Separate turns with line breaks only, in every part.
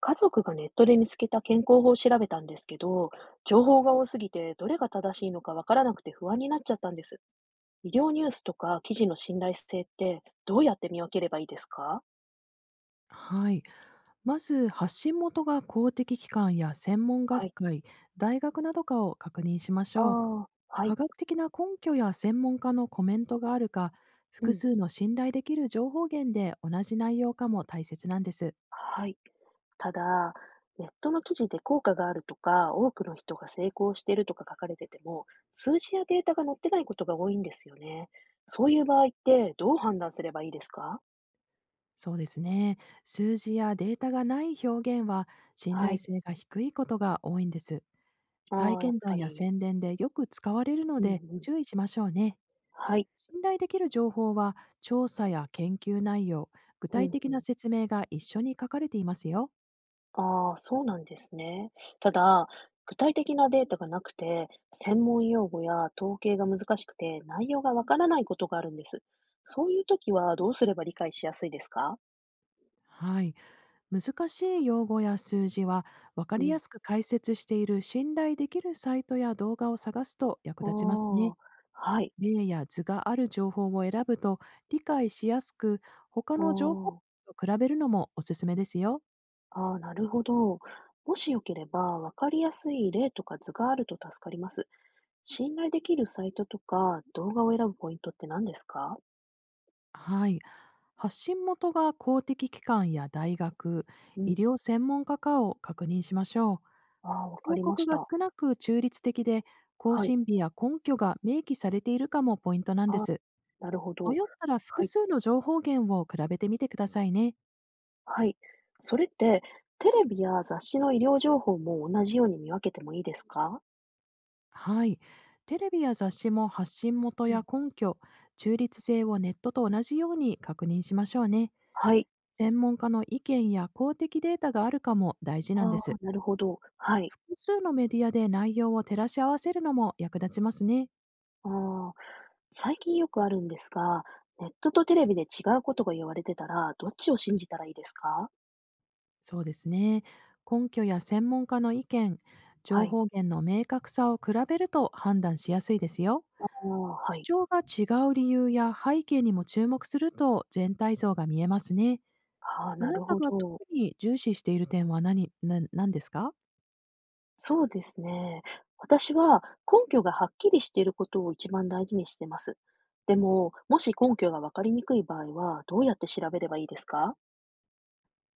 家族がネットで見つけた健康法を調べたんですけど、情報が多すぎてどれが正しいのかわからなくて不安になっちゃったんです。医療ニュースとか記事の信頼性ってどうやって見分ければいいですか？
はい。まず、発信元が公的機関や専門
は
学
い。
会、大学などかを確認しまし
あ
ょう。
あ、はい。
科学的な根拠や専門家のコメントがあるか、
う
複
ん。
数の信頼できる情報源で同じ内容かも大切なんです。
はい。ただ、ネットの記事で効果があるとか、多くの人が成功しているとか書かれてても、数字やデータが載ってないことが多いんですよね。そういう場合ってどう判断すればいいですか？
そうですね。数字やデータがない表現は、信
は
頼
い。
性が低いことが多いんです。体
ああ、やっ
験談
ぱ
や
り。
宣伝でよく使われるの
うんう
で
ん。
注意しましょうね。
はい。
信頼できる情報は、調査や研究内容、具
うん
体
う
的な
ん。
説明が一緒に書かれていますよ。
ああ、そうなんですね。ただ、具体的なデータがなくて、専門用語や統計が難しくて、内容がわからないことがあるんです。そういう時はどうすれば理解しやすいですか？
はい、難しい用語や数字は分か
う
り
ん。
やすく解説している信頼できるサイトや動画を探すと役
あ
立ちますね。
あ、はい。
例や図がある情報を選ぶと理解しやすく、他
あ
の情報
ー
と比べるのもおすすめですよ。
あー、なるほど。もしよければ、わかりやすい例とか図があると助かります。信頼できるサイトとか動画を選ぶポイントって何ですか？
はい。発信元が公的機関や大学、
う
医
ん。
療専門家かを確認しましょ
ああ、わ
う。
か
広
りまし
告が
た。
少なく中立的で、更
はい。
新日や根拠が明記されているかもポイントなんで
ああ、
す。
なるほど。
迷ったら
は
複
い。
数の情報源を比べてみてくださいね。
はい。それって、テレビや雑誌の医療情報も同じように見分けてもいいですか？
はい。テレビや雑誌も発信元
うん。
や根拠、中立性をネットと同じように確認しましょうね。
はい。
専門家の意見や公的データがあるかも大事な
あ
んで
あ、
す。
なるほど。はい。
複数のメディアで内容を照らし合わせるのも役立ちますね。
ああ、最近よくあるんですが、ネットとテレビで違うことが言われてたら、どっちを信じたらいいですか？
そうですね。根拠や専門家の意見、
は
情
い。
報源の明確さを比べると判断しやすいですよ。
ああ、はい。
主張が違う理由や背景にも注目すると全体像が見えますね。
ああ、
あ
な
な
る
た
ほ
が特
ど。
に重視している点は何ですか？
そうですね。私は根拠がはっきりしていることを一番大事にしてます。でも、もし根拠がわかりにくい場合は、どうやって調べればいいですか？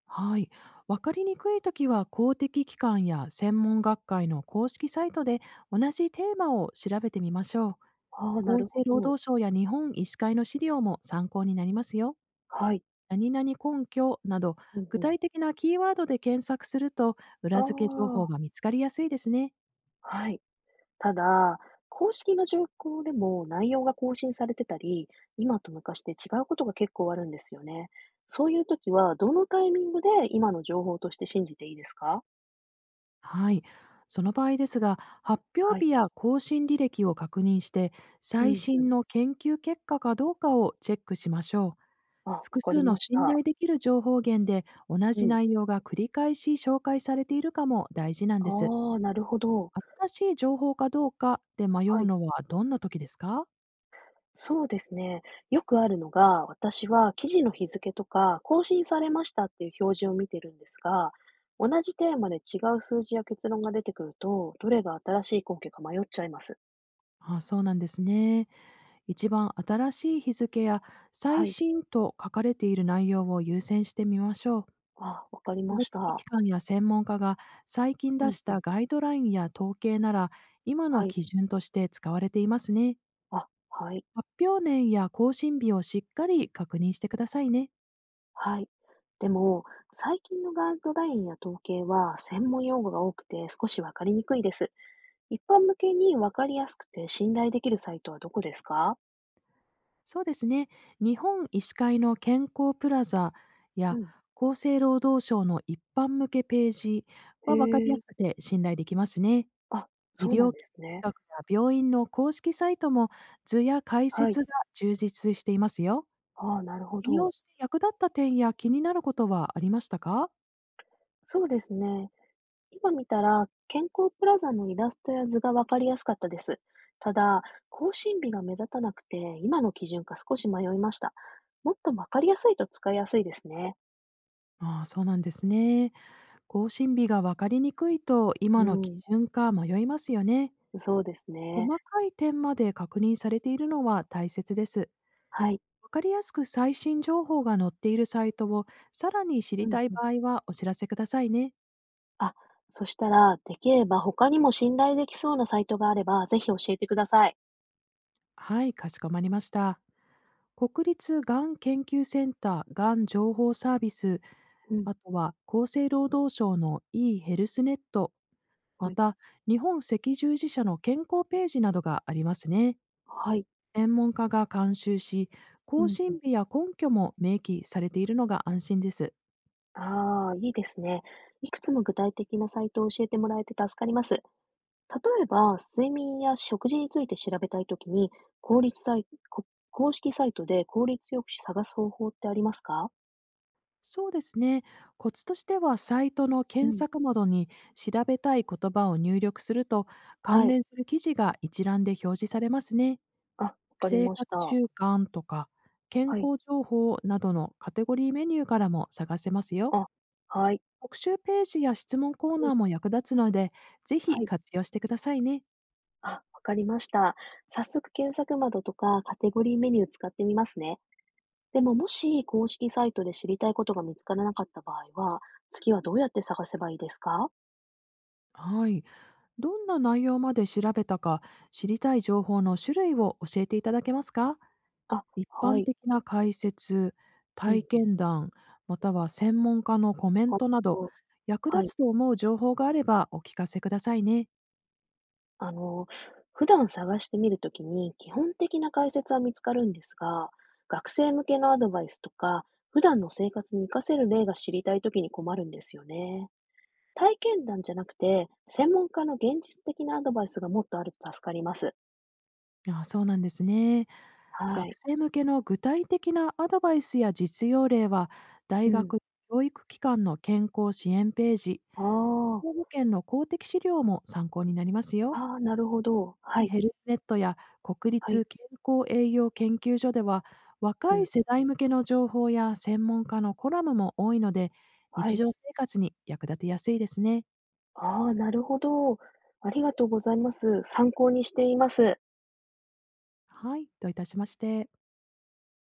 はい。わかりにくいときは、公的機関や専門学会の公式サイトで同じテーマを調べてみましょ
ああ、な
う。厚
るほ
生労
ど。
働省や日本医師会の資料も参考になりますよ。
はい。
何々根拠など、
うん
具
うん。
体的なキーワードで検索すると、
あ
裏付け情報
あ、
が見つかりやすいですね。
はい。ただ、公式の情報でも内容が更新されてたり、今と昔で違うことが結構あるんですよね。そういう時は、どのタイミングで今の情報として信じていいですか？
はい。その場合ですが、発
は
表
い。
日や更新履歴を確認して、
う
最
んう
新
ん。
の研究結果かどうかをチェックしましょう。
あ、わ
複
かり
数の
まし
信頼
た。
できる情報源で同
う
じ
ん。
内容が繰り返し紹介されているかも大事なんで
あ
す。
あ、なるほど。
新しい情報かどうかで迷
は
う
い。
のはどんな時ですか？
そうですね。よくあるのが、私は記事の日付とか、更新されましたっていう表示を見てるんですが、同じテーマで違う数字や結論が出てくると、どれが新しい根拠か迷っちゃいます。
あ、そうなんですね。一番新しい日付や
は
最
い。
新と書かれている内容を優先してみましょう。
あ、わかりま
公
し
的機
た。
関や専門家が最近
う
出
ん
し
うん。
たガイドラインや統計なら、今の
はい。
基準として使われていますね。
あ、はい。
発表年や更新日をしっかり確認してくださいね。
はい。でも、最近のガイドラインや統計は専門用語が多くて少しわかりにくいです。一般向けにわかりやすくて信頼できるサイトはどこですか？
そうですね。日本医師会の健康プラザ
う
や
ん。
厚生労働省の一般向けページ
へ
は、分かりや
え。
すくて信頼できますね。
あ、
医
そうなん
療
で
機
すね。
学や病院の公式サイトも、図や解
はい。
説が充実していますよ。
ああ、なるほ
利用
ど。
して役立った点や気になることはありましたか？
そうですね。今見たら、健康プラザのイラストや図がわかりやすかったです。ただ、更新日が目立たなくて、今の基準か少し迷いました。もっとわかりやすいと使いやすいですね。
ああ、そうなんですね。更新日がわかりにくいと、
う
今の基
ん。
準か迷いますよね。
そうです
細
ね。
かい点まで確認されているのは大切です。
はい。
わかりやすく最新情報が載っているサイトをさらに知り
うん
たい
うん。
場合は、お知らせくださいね。
あ、そしたら、できれば他にも信頼できそうなサイトがあれば、ぜひ教えてください。
はい、かしこまりました。国立がん研究センターがん情報サービス、
うん。
あとは厚生労働省の e ヘルスネット、
は
ま
い。
た日本赤十字社の健康ページなどがありますね。
はい。
専門家が監修し、
う
更
んうん。
新日や根拠も明記されているのが安心です。
ああ、いいですね。いくつも具体的なサイトを教えてもらえて助かります。例えば、睡眠や食事について調べたいときに、効率サイこ公式サイトで効率よく探す方法ってありますか？
そうですね。コツとしては、サイトの
う
検
ん。
索窓に調べたい言葉を入力すると、
は
関
い。
連する記事が一覧で表示されますね。
あ、わかり
生
まし
活
た。
習慣とか健
はい。
康情報などのカテゴリーメニューからも探せますよ。
あ、はい。
特集ページや質問コー
うん、
ナーも役立つので、ぜ
は
ひ
い。
活用してくださいね。
あ、わかりました。早速検索窓とかカテゴリーメニュー使ってみますね。でももし公式サイトで知りたいことが見つからなかった場合は、次はどうやって探せばいいですか？
はい。どんな内容まで調べたか、知りたい情報の種類を教えていただけますか？
あ、
一
は
般
い。
的な解説、
うん
体
うん。
験談、または専門家のコメン
あ
トなど、役
はい。
立つと思う情報があればお聞かせくださいね。
あの、普段探してみるときに基本的な解説は見つかるんですが、学生向けのアドバイスとか、普段の生活に活かせる例が知りたいときに困るんですよね。体験談じゃなくて、専門家の現実的なアドバイスがもっとあると助かります。
あ、そうなんですね。
は
学
い。
生向けの具体的なアドバイスや実用例は、
う
大
ん。
学、教育機関の健康支援ページ、
ああ、
兵庫県の公的資料も参考になりますよ。
ああ、なるほど。はい。
ヘルスネットや国
はい。
立健康栄養研究所では、
う
若
ん
い
う
世
ん。
代向けの情報や専門家のコラムも多いので、
は
日
い。
常生活に役立てやすいですね。
ああ、なるほど。ありがとうございます。参考にしています。
はい、どういたしまして。